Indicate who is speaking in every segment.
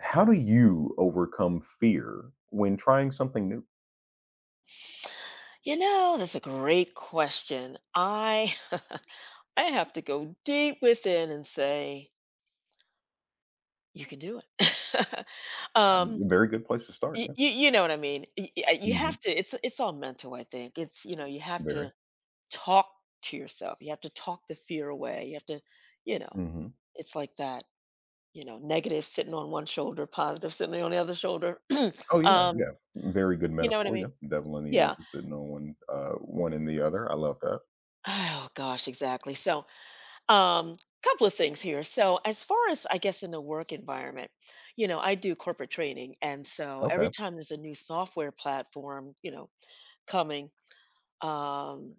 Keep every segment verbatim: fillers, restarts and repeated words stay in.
Speaker 1: How do you overcome fear when trying something new?
Speaker 2: You know, that's a great question. I I have to go deep within and say, you can do it.
Speaker 1: Um,
Speaker 2: um,
Speaker 1: very good place to start,
Speaker 2: you,
Speaker 1: yeah.
Speaker 2: you know what I mean? Y- y- You
Speaker 1: Mhm,
Speaker 2: have to. It's it's all mental. I think it's, you know, you have
Speaker 1: very.
Speaker 2: to talk to yourself. You have to talk the fear away. You have to, you know,
Speaker 1: Mhm.
Speaker 2: it's like that. You know, negative sitting on one shoulder, positive sitting on the other shoulder.
Speaker 1: Oh, yeah,
Speaker 2: um,
Speaker 1: yeah. Very good
Speaker 2: you know what I
Speaker 1: metaphor, yeah.
Speaker 2: mean?
Speaker 1: Devil and the
Speaker 2: Yeah.
Speaker 1: angel sitting on one, uh, one and the other. I love that.
Speaker 2: Oh gosh, exactly. So Um, Couple of things here. So, as far as I guess in the work environment, you know, I do corporate training, and so
Speaker 1: Okay,
Speaker 2: every time there's a new software platform, you know, coming, um,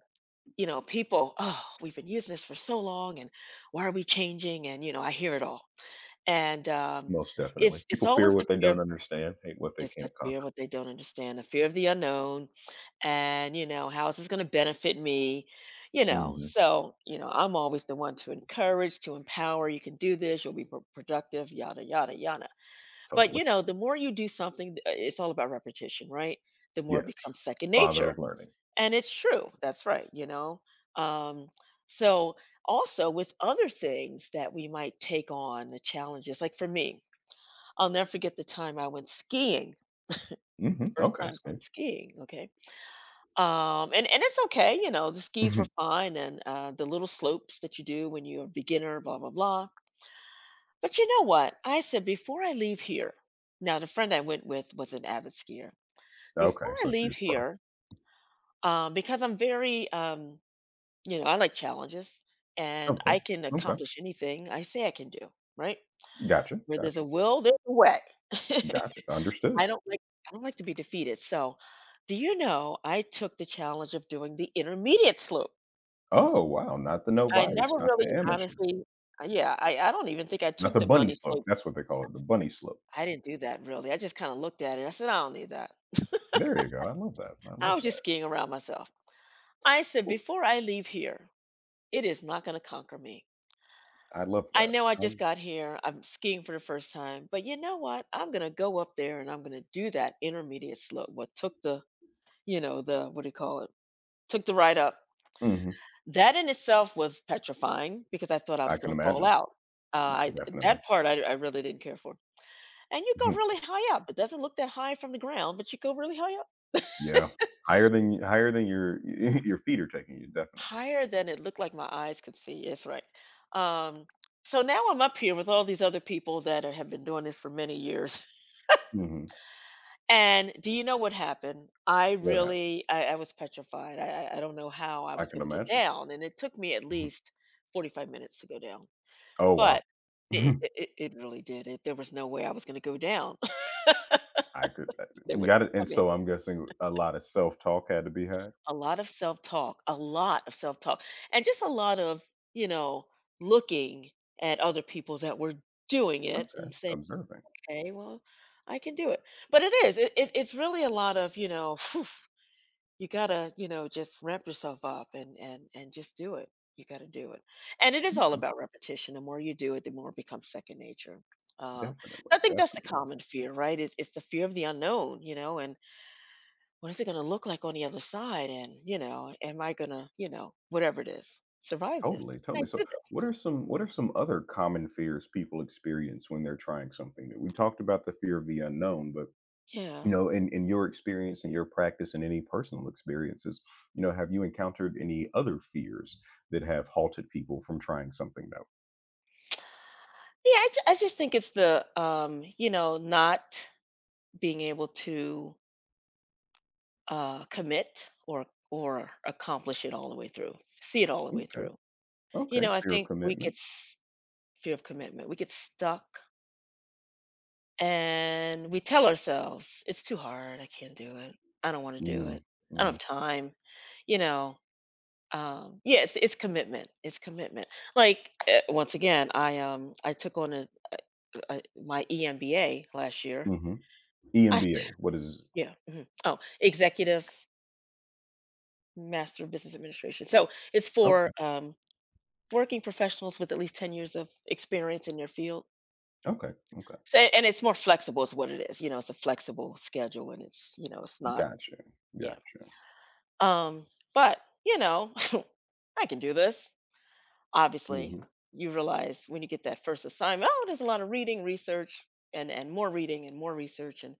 Speaker 2: you know, people, oh, we've been using this for so long, and why are we changing? And you know, I hear it all, and um,
Speaker 1: most definitely.
Speaker 2: it's it's
Speaker 1: People fear
Speaker 2: always the
Speaker 1: what they
Speaker 2: fear of
Speaker 1: don't understand, hate what they
Speaker 2: it's the
Speaker 1: can't
Speaker 2: fear of
Speaker 1: conquer.
Speaker 2: what they don't understand, the fear of the unknown, and, you know, how is this gonna benefit me, you know?
Speaker 1: Mhm,
Speaker 2: So, you know, I'm always the one to encourage, to empower, you can do this, you'll be pro productive, yada, yada, yada. But,
Speaker 1: totally.
Speaker 2: you know, the more you do something, uh, it's all about repetition, right? The more it
Speaker 1: Yes,
Speaker 2: becomes second
Speaker 1: father
Speaker 2: nature,
Speaker 1: of learning.
Speaker 2: and it's true, that's right, you know? Um, so also with other things that we might take on, the challenges, like for me, I'll never forget the time I went skiing
Speaker 1: Mhm,
Speaker 2: first
Speaker 1: okay,
Speaker 2: time
Speaker 1: see.
Speaker 2: going skiing, okay? Um, and and it's okay, you know, the skis were
Speaker 1: Mhm,
Speaker 2: fine and uh, the little slopes that you do when you're a beginner, blah blah blah. But you know what? I said before I leave here. Now the friend I went with was an avid skier.
Speaker 1: okay,
Speaker 2: Before I
Speaker 1: so she's
Speaker 2: leave
Speaker 1: was pro.
Speaker 2: here, um, because I'm very, um, you know, I like challenges and
Speaker 1: Of
Speaker 2: I
Speaker 1: course.
Speaker 2: can
Speaker 1: Okay.
Speaker 2: accomplish anything I say I can do. Right?
Speaker 1: Gotcha,
Speaker 2: Where there's
Speaker 1: gotcha,
Speaker 2: a will, there's a way.
Speaker 1: gotcha. Understood.
Speaker 2: I don't like I don't like to be defeated, so do you know I took the challenge of doing the intermediate slope?
Speaker 1: Oh, wow, not the
Speaker 2: I never
Speaker 1: novice, not
Speaker 2: really
Speaker 1: the amateur.
Speaker 2: honestly uh, yeah, I I don't even think I
Speaker 1: Not
Speaker 2: took
Speaker 1: the
Speaker 2: the
Speaker 1: bunny
Speaker 2: bunny
Speaker 1: slope,
Speaker 2: slope.
Speaker 1: that's what they call it, the bunny slope.
Speaker 2: I didn't do that really, I just kinda looked at it, I said, "I don't need that."
Speaker 1: There you go, I love that, I
Speaker 2: I
Speaker 1: love
Speaker 2: was just
Speaker 1: that.
Speaker 2: skiing around myself. I said,
Speaker 1: Cool,
Speaker 2: "Before I leave here, it is not gonna conquer me.
Speaker 1: I love
Speaker 2: I
Speaker 1: that.
Speaker 2: know I just
Speaker 1: I'm
Speaker 2: got here, I'm skiing for the first time, but you know what? I'm gonna go up there and I'm gonna do that intermediate slope." What took the You know, the what do you call it? Took the ride up.
Speaker 1: mhm,
Speaker 2: That in itself was petrifying because I thought I
Speaker 1: I
Speaker 2: was
Speaker 1: can
Speaker 2: gonna fall
Speaker 1: imagine.
Speaker 2: out. Uh,
Speaker 1: Yeah,
Speaker 2: I
Speaker 1: definitely.
Speaker 2: That part I I really didn't care for. And you go
Speaker 1: Mhm,
Speaker 2: really high up. It doesn't look that high from the ground, but you go really high up.
Speaker 1: yeah. Higher than higher than your your feet are taking you, definitely.
Speaker 2: Higher than it looked like my eyes could see. Yes, right. Um, so now I'm up here with all these other people that are, have been doing this for many years.
Speaker 1: Mhm.
Speaker 2: And do you know what happened? I
Speaker 1: What happened?
Speaker 2: really I, I was petrified. I, I I don't know how I
Speaker 1: I
Speaker 2: was
Speaker 1: can
Speaker 2: gonna get
Speaker 1: imagine.
Speaker 2: down. And it took me at
Speaker 1: Mhm.
Speaker 2: least forty-five minutes to go down.
Speaker 1: Oh, wow.
Speaker 2: But it it it it really did, it there was no way I was gonna go down.
Speaker 1: I could uh,
Speaker 2: There
Speaker 1: you
Speaker 2: was
Speaker 1: got it, and
Speaker 2: probably
Speaker 1: so I'm guessing a lot of self-talk had to be had?
Speaker 2: a lot of self-talk, a lot of self-talk, and just a lot of, you know, looking at other people that were doing it
Speaker 1: Okay,
Speaker 2: and saying,
Speaker 1: observing.
Speaker 2: "Okay, well, I can do it." But it is, it it it's really a lot of, you know, you gotta, you know, just ramp yourself up and and and just do it, you gotta do it, and it is all
Speaker 1: Okay,
Speaker 2: about repetition. The more you do it the more it becomes second nature. um,
Speaker 1: definitely,
Speaker 2: i think that's the
Speaker 1: definitely.
Speaker 2: common fear, right? It's, it's the fear of the unknown, you know, and what is it going to look like on the other side? And you know, am I going to, you know, whatever it is, survive this?
Speaker 1: Totally,
Speaker 2: Can
Speaker 1: totally.
Speaker 2: I
Speaker 1: So,
Speaker 2: do
Speaker 1: what
Speaker 2: this?
Speaker 1: are some what are some other common fears people experience when they're trying something new? We talked about the fear of the unknown, but
Speaker 2: Yeah
Speaker 1: you know, in in your experience and your practice and any personal experiences, you know, have you encountered any other fears that have halted people from trying something
Speaker 2: yeah, i, ju- I just think it's the um you know, not being able to uh, commit or or accomplish it all the way through, see it all the
Speaker 1: new?
Speaker 2: way
Speaker 1: Okay,
Speaker 2: through. You
Speaker 1: okay,
Speaker 2: know, I
Speaker 1: fear of
Speaker 2: think we get
Speaker 1: commitment.
Speaker 2: s- fear of commitment. We get stuck and we tell ourselves it's too hard. I can't do it. I don't want to do
Speaker 1: Mm,
Speaker 2: it. I don't
Speaker 1: mm,
Speaker 2: have time. You know. Um, yeah, it's, it's commitment. It's commitment. Like eh, once again, I um I took on a, a my E M B A last year.
Speaker 1: hmm.
Speaker 2: I s-
Speaker 1: E M B A. What is?
Speaker 2: yeah. Mhm. Oh, executive master of business administration. So it's
Speaker 1: Okay,
Speaker 2: for um working professionals with at least ten years of experience in your field.
Speaker 1: okay, okay.
Speaker 2: So and it's more flexible is what it is, you know, it's a flexible schedule and it's, you know, it's not
Speaker 1: Gotcha,
Speaker 2: yeah.
Speaker 1: gotcha.
Speaker 2: Um, but, you know, I can do this. Obviously,
Speaker 1: Mm-hmm.
Speaker 2: you realize when you get that first assignment, oh, there's a lot of reading, research, and and more reading and more research, and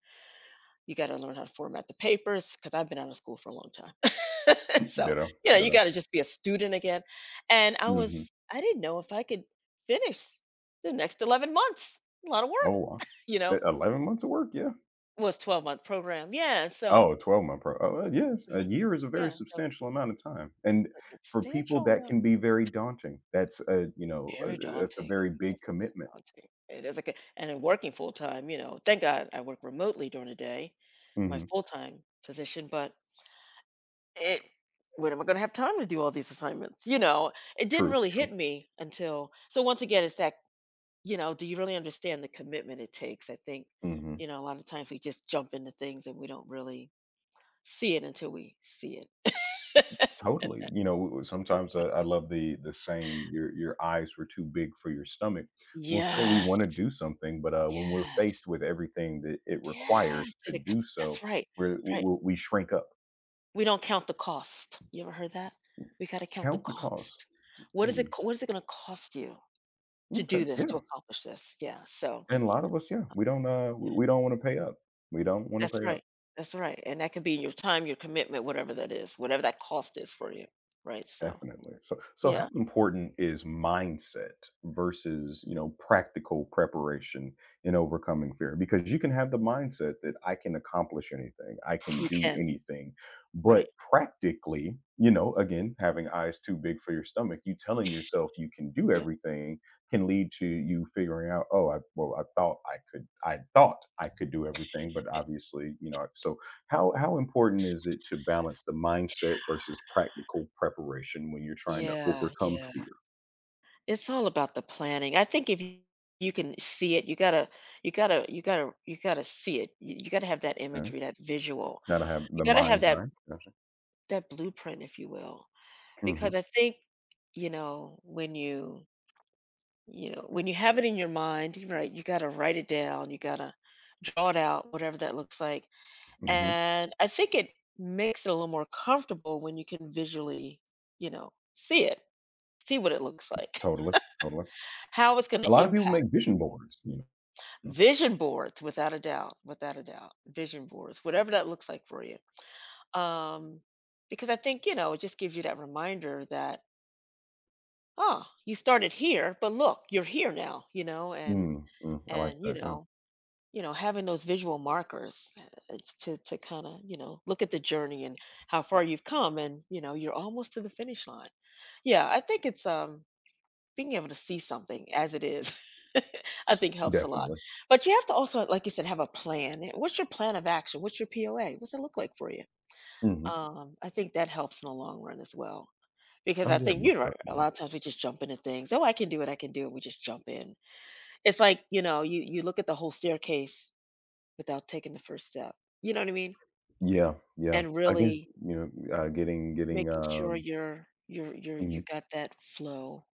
Speaker 2: you gotta learn how to format the papers because 'cause I've been out of school for a long time. So,
Speaker 1: Ditto,
Speaker 2: you know, you
Speaker 1: ditto.
Speaker 2: gotta just be a student again, and I
Speaker 1: Mm-hmm.
Speaker 2: was I didn't know if I could finish the next eleven months. A lot of work,
Speaker 1: Oh wow,
Speaker 2: you
Speaker 1: E-
Speaker 2: know?
Speaker 1: eleven months of work. Yeah.
Speaker 2: Was twelve-month program. Yeah, so
Speaker 1: Oh, a twelve month pro oh, uh, yes, a
Speaker 2: mhm.
Speaker 1: year is a very
Speaker 2: Yeah, so
Speaker 1: substantial amount of time, and
Speaker 2: a
Speaker 1: for people,
Speaker 2: substantial
Speaker 1: that can
Speaker 2: amount,
Speaker 1: be very daunting. That's a you know, uh,
Speaker 2: very
Speaker 1: that's a
Speaker 2: daunting.
Speaker 1: very big
Speaker 2: It's very
Speaker 1: commitment.
Speaker 2: daunting. It is, like, a and then working full-time, you know, thank God I work remotely during the day, my
Speaker 1: Mhm.
Speaker 2: full-time position, but it when am I going to have time to do all these assignments? You know, it didn't
Speaker 1: True,
Speaker 2: really
Speaker 1: true.
Speaker 2: hit me until so once again, it's that, you know, do you really understand the commitment it takes? I think,
Speaker 1: Mhm.
Speaker 2: you know, a lot of times we just jump into things and we don't really see it until we see it. And
Speaker 1: Totally.
Speaker 2: that,
Speaker 1: You know, w
Speaker 2: it's
Speaker 1: sometimes, uh, I
Speaker 2: like,
Speaker 1: love the the saying, "Your your eyes were too big for your stomach." We'll say we wanna
Speaker 2: yes,
Speaker 1: do something, but, uh, when we're
Speaker 2: yes,
Speaker 1: faced with everything that it
Speaker 2: yes,
Speaker 1: requires to
Speaker 2: and it co-
Speaker 1: do so,
Speaker 2: that's right.
Speaker 1: we're
Speaker 2: Right.
Speaker 1: w we shrink up.
Speaker 2: We don't count the cost. You ever heard that? We got to count the
Speaker 1: Count the cost.
Speaker 2: cost. What is it?
Speaker 1: Mm,
Speaker 2: co- What is it going to cost you to
Speaker 1: okay,
Speaker 2: do this, to
Speaker 1: yeah.
Speaker 2: accomplish this? Yeah. So,
Speaker 1: And a lot of us, yeah, we don't, uh,
Speaker 2: uh,
Speaker 1: w we don't wanna pay up. We don't wanna
Speaker 2: that's
Speaker 1: pay up,
Speaker 2: right. That's right. And that could be your time, your commitment, whatever that is, whatever that cost is for you. Right. So,
Speaker 1: definitely. So so how
Speaker 2: yeah,
Speaker 1: important is mindset versus, you know, practical preparation in overcoming fear? Because you can have the mindset that I can accomplish anything, I can
Speaker 2: you
Speaker 1: do
Speaker 2: can.
Speaker 1: anything, but
Speaker 2: Right.
Speaker 1: practically, you know, again, having eyes too big for your stomach, you telling yourself you can do
Speaker 2: Yeah.
Speaker 1: everything can lead to you figuring out, "Oh, I well, I thought I could I thought I could do everything, but obviously, you know." So How how important is it to balance the mindset versus practical preparation when you're trying to
Speaker 2: Yeah.
Speaker 1: overcome
Speaker 2: Yeah.
Speaker 1: fear?
Speaker 2: It's all about the planning. I think if you, you can see it, you gotta, you gotta, you gotta, you gotta see it. You, you gotta have that
Speaker 1: Yeah,
Speaker 2: imagery, that visual.
Speaker 1: gotta have
Speaker 2: You
Speaker 1: the
Speaker 2: gotta have
Speaker 1: mind's
Speaker 2: that,
Speaker 1: eye. Gotcha.
Speaker 2: that blueprint, if you will.
Speaker 1: Mhm,
Speaker 2: Because I think, you know, when you, you know, when you have it in your mind, right, you gotta write it down. You gotta draw it out, whatever that looks like.
Speaker 1: mhm.
Speaker 2: And I think it makes it a little more comfortable when you can visually, you know, see it, see what it looks like,
Speaker 1: Totally, totally.
Speaker 2: how it's going
Speaker 1: A
Speaker 2: to
Speaker 1: lot of people
Speaker 2: impact.
Speaker 1: make vision boards, you know?
Speaker 2: Vision boards, without a doubt, without a doubt, vision boards, whatever that looks like for you. Um, because I think, you know, it just gives you that reminder that, oh, you started here, but look, you're here now, you know, and,
Speaker 1: Mm, mm, I like
Speaker 2: and, you
Speaker 1: that, yeah.
Speaker 2: know, you know, having those visual markers uh, uh, to to kind of, you know, look at the journey and how far you've come and, you know, you're almost to the finish line. Yeah, I think it's um being able to see something as it is. I think helps a lot.
Speaker 1: Definitely.
Speaker 2: But you have to also, like you said, have a plan. Eh, What's your plan of action? What's your P O A? What's it look like for you?
Speaker 1: Mhm.
Speaker 2: Um, I think that helps in the long run as well. Because
Speaker 1: Oh,
Speaker 2: I
Speaker 1: yeah,
Speaker 2: think, you
Speaker 1: most
Speaker 2: know, a lot
Speaker 1: definitely.
Speaker 2: of times we just jump into things. Oh, I can do it, I can do it. We just jump in. It's like, you know, you you look at the whole staircase without taking the first step. You know what I mean?
Speaker 1: Yeah, yeah.
Speaker 2: And
Speaker 1: Again,
Speaker 2: really
Speaker 1: you know, uh, getting getting,
Speaker 2: making sure
Speaker 1: um
Speaker 2: you're you're you're you
Speaker 1: mhm,
Speaker 2: got that flow,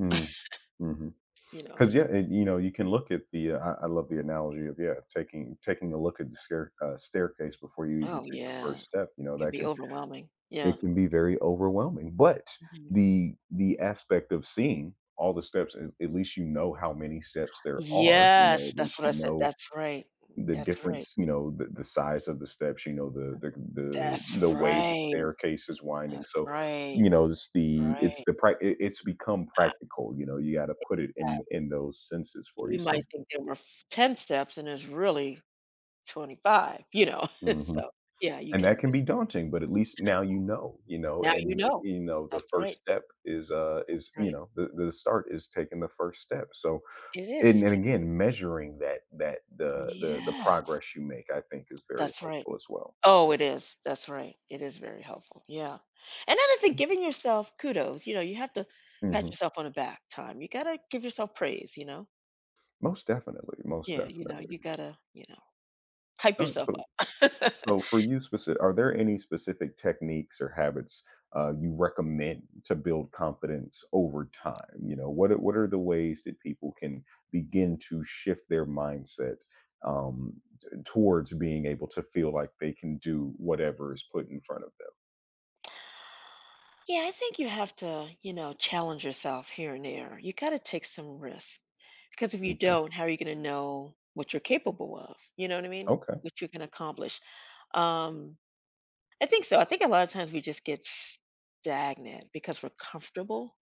Speaker 1: mm, mhm.
Speaker 2: you know?
Speaker 1: Because yeah, it, you know, you can look at the. Uh, I, I love the analogy of yeah, taking taking a look at the stair, uh, staircase before you even
Speaker 2: Oh,
Speaker 1: take the
Speaker 2: yeah.
Speaker 1: first step. You know,
Speaker 2: Can
Speaker 1: that
Speaker 2: be
Speaker 1: can
Speaker 2: overwhelming. Yeah.
Speaker 1: it can be very overwhelming. But
Speaker 2: Mhm.
Speaker 1: the the aspect of seeing all the steps, at at least you know how many steps there are. You know,
Speaker 2: Yes,
Speaker 1: at
Speaker 2: that's
Speaker 1: least
Speaker 2: what I
Speaker 1: you
Speaker 2: said.
Speaker 1: know
Speaker 2: That's right.
Speaker 1: the
Speaker 2: That's right.
Speaker 1: difference, you know, the the size of the steps, you know, the the the
Speaker 2: That's
Speaker 1: the way the
Speaker 2: right.
Speaker 1: staircase is winding.
Speaker 2: That's
Speaker 1: So,
Speaker 2: right.
Speaker 1: you know,
Speaker 2: Y
Speaker 1: it's the it's
Speaker 2: right.
Speaker 1: the prac it it's become
Speaker 2: I
Speaker 1: practical, you know, you gotta put it
Speaker 2: I
Speaker 1: in in those senses for you,
Speaker 2: You might
Speaker 1: so
Speaker 2: think there were f ten steps and there's really twenty-five, you know?
Speaker 1: mhm,
Speaker 2: So, yeah, you
Speaker 1: and that
Speaker 2: can
Speaker 1: can be daunting, but at least now you know, you know,
Speaker 2: now you
Speaker 1: and,
Speaker 2: know.
Speaker 1: you know, the
Speaker 2: That's
Speaker 1: first
Speaker 2: right.
Speaker 1: step is, uh
Speaker 2: That's
Speaker 1: is, you
Speaker 2: right.
Speaker 1: know, the the start is taking the first step, so
Speaker 2: It is.
Speaker 1: and and
Speaker 2: It's
Speaker 1: again, measuring that that the the the
Speaker 2: yes,
Speaker 1: progress you make, I think is very
Speaker 2: that's right.
Speaker 1: helpful as well.
Speaker 2: Oh, it is. That's right. It is very helpful. Yeah. Another thing, giving yourself kudos. You know, you have to pat
Speaker 1: Mhm.
Speaker 2: yourself on the back time. You gotta give yourself praise, you know?
Speaker 1: Most definitely, most
Speaker 2: Yeah, you know,
Speaker 1: definitely.
Speaker 2: you gotta, you know, hype
Speaker 1: Um,
Speaker 2: yourself
Speaker 1: so
Speaker 2: up.
Speaker 1: so for you specific, are there any specific techniques or habits, uh, you recommend to build confidence over time? You know, what are what are the ways that people can begin to shift their mindset, um, t towards being able to feel like they can do whatever is put in front of
Speaker 2: Yeah, I think you have to, you know, challenge yourself here and there. You gotta take some risk. Because if you
Speaker 1: them? Okay.
Speaker 2: don't, how are you gonna know what you're capable of? You know what I mean?
Speaker 1: Okay.
Speaker 2: What you can accomplish. Um I think so. I think a lot of times we just get stagnant because we're comfortable.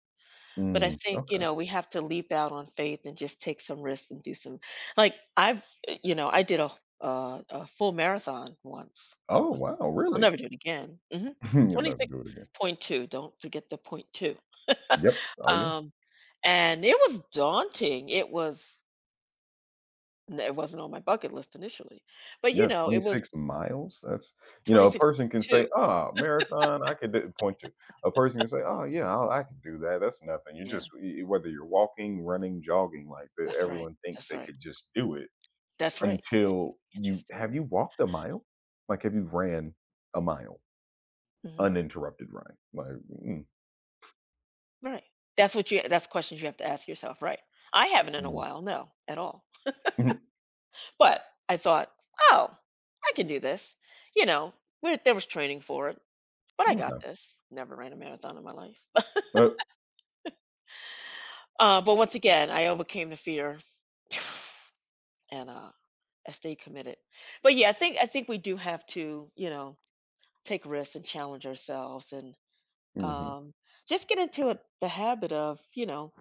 Speaker 2: But I
Speaker 1: Mm,
Speaker 2: think, you
Speaker 1: okay.
Speaker 2: know, we have to leap out on faith and just take some risks and do some like I've, uh, you know, I did a uh, a full marathon once.
Speaker 1: Oh, wow,
Speaker 2: I'll
Speaker 1: really?
Speaker 2: never do it again. Hmm.
Speaker 1: You'll never do it again.
Speaker 2: twenty-six point two. Don't forget the point two.
Speaker 1: Yep. Oh, yeah.
Speaker 2: um, and it was daunting. It was it wasn't on my bucket list initially, but you
Speaker 1: Yeah,
Speaker 2: know, it was
Speaker 1: twenty-six miles? That's you know, a person can
Speaker 2: twenty-six point two.
Speaker 1: say, "Oh, marathon, I could do" point to. A person can say, "Oh, yeah, I I could do that. That's nothing." You
Speaker 2: Yeah,
Speaker 1: just y whether you're walking, running, jogging, like, e
Speaker 2: that's right.
Speaker 1: everyone thinks
Speaker 2: That's
Speaker 1: they
Speaker 2: right.
Speaker 1: could just do it
Speaker 2: That's right, but you
Speaker 1: until
Speaker 2: can't
Speaker 1: you
Speaker 2: just do
Speaker 1: have
Speaker 2: it.
Speaker 1: you walked a mile? Like, have you ran a mile?
Speaker 2: Mhm,
Speaker 1: Uninterrupted run? Like, mm,
Speaker 2: right. That's what you that's questions you have to ask yourself, right. I haven't in a
Speaker 1: mm,
Speaker 2: while, no, at all, but I thought, "Oh, I can do this," you know, where there was training for it, but I got
Speaker 1: okay.
Speaker 2: this. Never ran a marathon in my life.
Speaker 1: Uh,
Speaker 2: Uh, but once again, I overcame the fear, and, uh, I stayed committed. But, yeah, I think I think we do have to, you know, take risks and challenge ourselves and,
Speaker 1: mhm.
Speaker 2: um, just get into it the habit of, you know,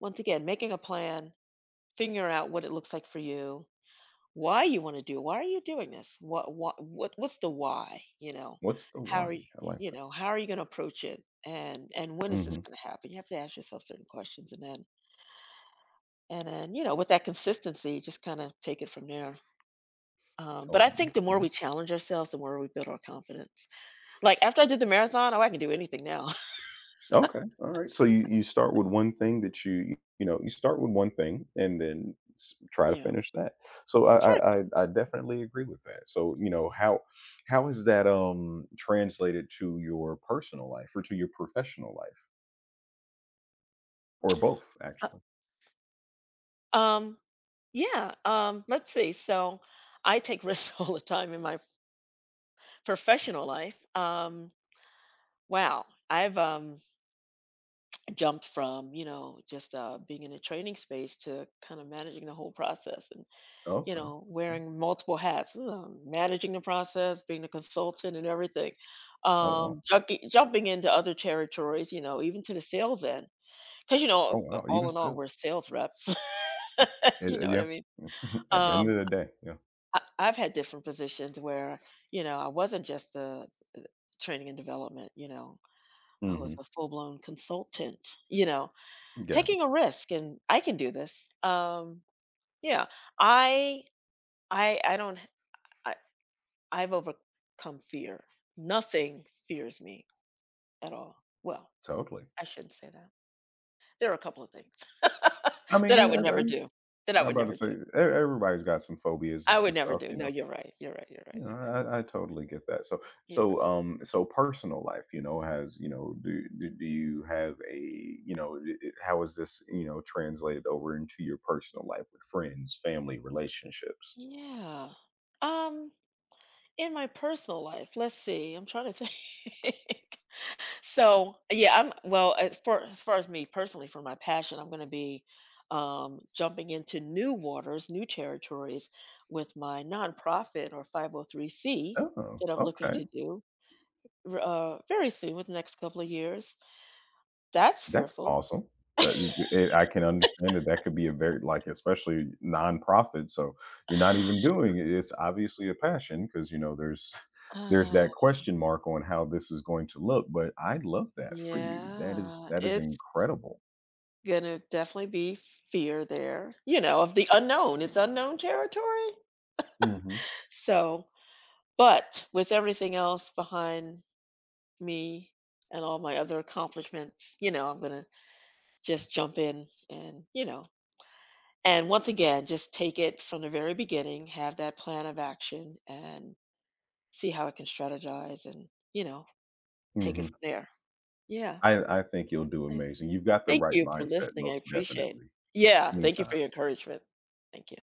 Speaker 2: once again, making a plan figure out what it looks like for you, why you want to do, why are you doing this? What, what, what, what's the why? You know,
Speaker 1: What's the
Speaker 2: how
Speaker 1: why?
Speaker 2: are you,
Speaker 1: I like
Speaker 2: you
Speaker 1: that.
Speaker 2: know, how are you going to approach it? And, and when is this
Speaker 1: Mhm.
Speaker 2: going to happen? You have to ask yourself certain questions and then, and then, you know, with that consistency, just kind of take it from there. Um, but I
Speaker 1: Totally,
Speaker 2: think the more
Speaker 1: mhm.
Speaker 2: we challenge ourselves, the more we build our confidence. Like after I did the marathon, oh, I can do anything now.
Speaker 1: Okay. All right. So you you start with one thing that you you know you start with one thing and then s- try to
Speaker 2: Yeah.
Speaker 1: finish that. So I
Speaker 2: Sure.
Speaker 1: I, I I definitely agree with that. So you know how how is that um translated to your personal life or to your professional life or both actually?
Speaker 2: uh, um yeah, um let's see, so I take risks all the time in my professional life. um, wow, I've, um, jumped from, you know, just, uh, being in a training space to kind of managing the whole process and, you
Speaker 1: Okay.
Speaker 2: know, wearing multiple hats, um, managing the process, being a consultant and everything.
Speaker 1: Oh wow.
Speaker 2: Um, junki jumping into other territories, you know, even to the sales end, because you
Speaker 1: Oh
Speaker 2: know, uh,
Speaker 1: wow.
Speaker 2: all
Speaker 1: Even
Speaker 2: in all,
Speaker 1: still.
Speaker 2: we're sales reps,
Speaker 1: It-
Speaker 2: you know
Speaker 1: it-
Speaker 2: what
Speaker 1: yeah.
Speaker 2: I mean?
Speaker 1: At the end
Speaker 2: Um,
Speaker 1: of the day. Yeah.
Speaker 2: I I've had different positions where, you know, I wasn't just the training and development, you know, I was
Speaker 1: Hmm.
Speaker 2: a full-blown consultant, you know,
Speaker 1: Gotcha.
Speaker 2: taking a risk and I can do this. Um, yeah, I, I, I don't, I, I've overcome fear. Nothing fears me at all. Well,
Speaker 1: Totally.
Speaker 2: I shouldn't say that. There are a couple of things
Speaker 1: I mean,
Speaker 2: that I
Speaker 1: yeah.
Speaker 2: would
Speaker 1: I, I,
Speaker 2: never do. That I would
Speaker 1: I'm about to
Speaker 2: never
Speaker 1: say
Speaker 2: do.
Speaker 1: e- everybody's got some phobias and
Speaker 2: I
Speaker 1: some
Speaker 2: would never
Speaker 1: stuff.
Speaker 2: do.
Speaker 1: You
Speaker 2: No,
Speaker 1: know.
Speaker 2: you're right. You're right. You're right.
Speaker 1: No,
Speaker 2: You're
Speaker 1: I, I totally get that. So,
Speaker 2: you're right.
Speaker 1: so, um, so personal life, you know, has, you know, do, do, do you have a, you know, i- i- how is this, you know, translated over into your personal life with friends, family, relationships?
Speaker 2: Yeah. Yeah. Um, in my personal life, let's see. I'm trying to think. So, yeah, I'm well, as far as far as me personally, for my passion, I'm gonna be um, jumping into new waters, new territories with my nonprofit or five oh three c
Speaker 1: Oh,
Speaker 2: that I'm looking
Speaker 1: okay.
Speaker 2: to do r- uh, very soon, with the next couple of years. That's
Speaker 1: That's
Speaker 2: fearful.
Speaker 1: awesome. That it I can understand that that could be a very like, especially nonprofit, so you're not even doing it. It's obviously a passion because you know, there's there's
Speaker 2: Uh,
Speaker 1: that question mark on how this is going to look, but I love that for you. That is
Speaker 2: yeah,
Speaker 1: that is
Speaker 2: it's
Speaker 1: incredible.
Speaker 2: gonna definitely be fear there, you know, of the unknown. It's unknown territory.
Speaker 1: Mhm,
Speaker 2: So, but with everything else behind me and all my other accomplishments, you know, I'm going to just jump in and, you know, and once again, just take it from the very beginning, have that plan of action and see how I can strategize and, you know, take it
Speaker 1: mhm.
Speaker 2: from there. Yeah.
Speaker 1: I I think you'll do
Speaker 2: I-
Speaker 1: amazing. You've got the
Speaker 2: thank
Speaker 1: right
Speaker 2: you for
Speaker 1: mindset
Speaker 2: listening. I
Speaker 1: most
Speaker 2: appreciate it.
Speaker 1: definitely.
Speaker 2: Yeah. Thank you
Speaker 1: Anytime.
Speaker 2: for your encouragement. Thank you.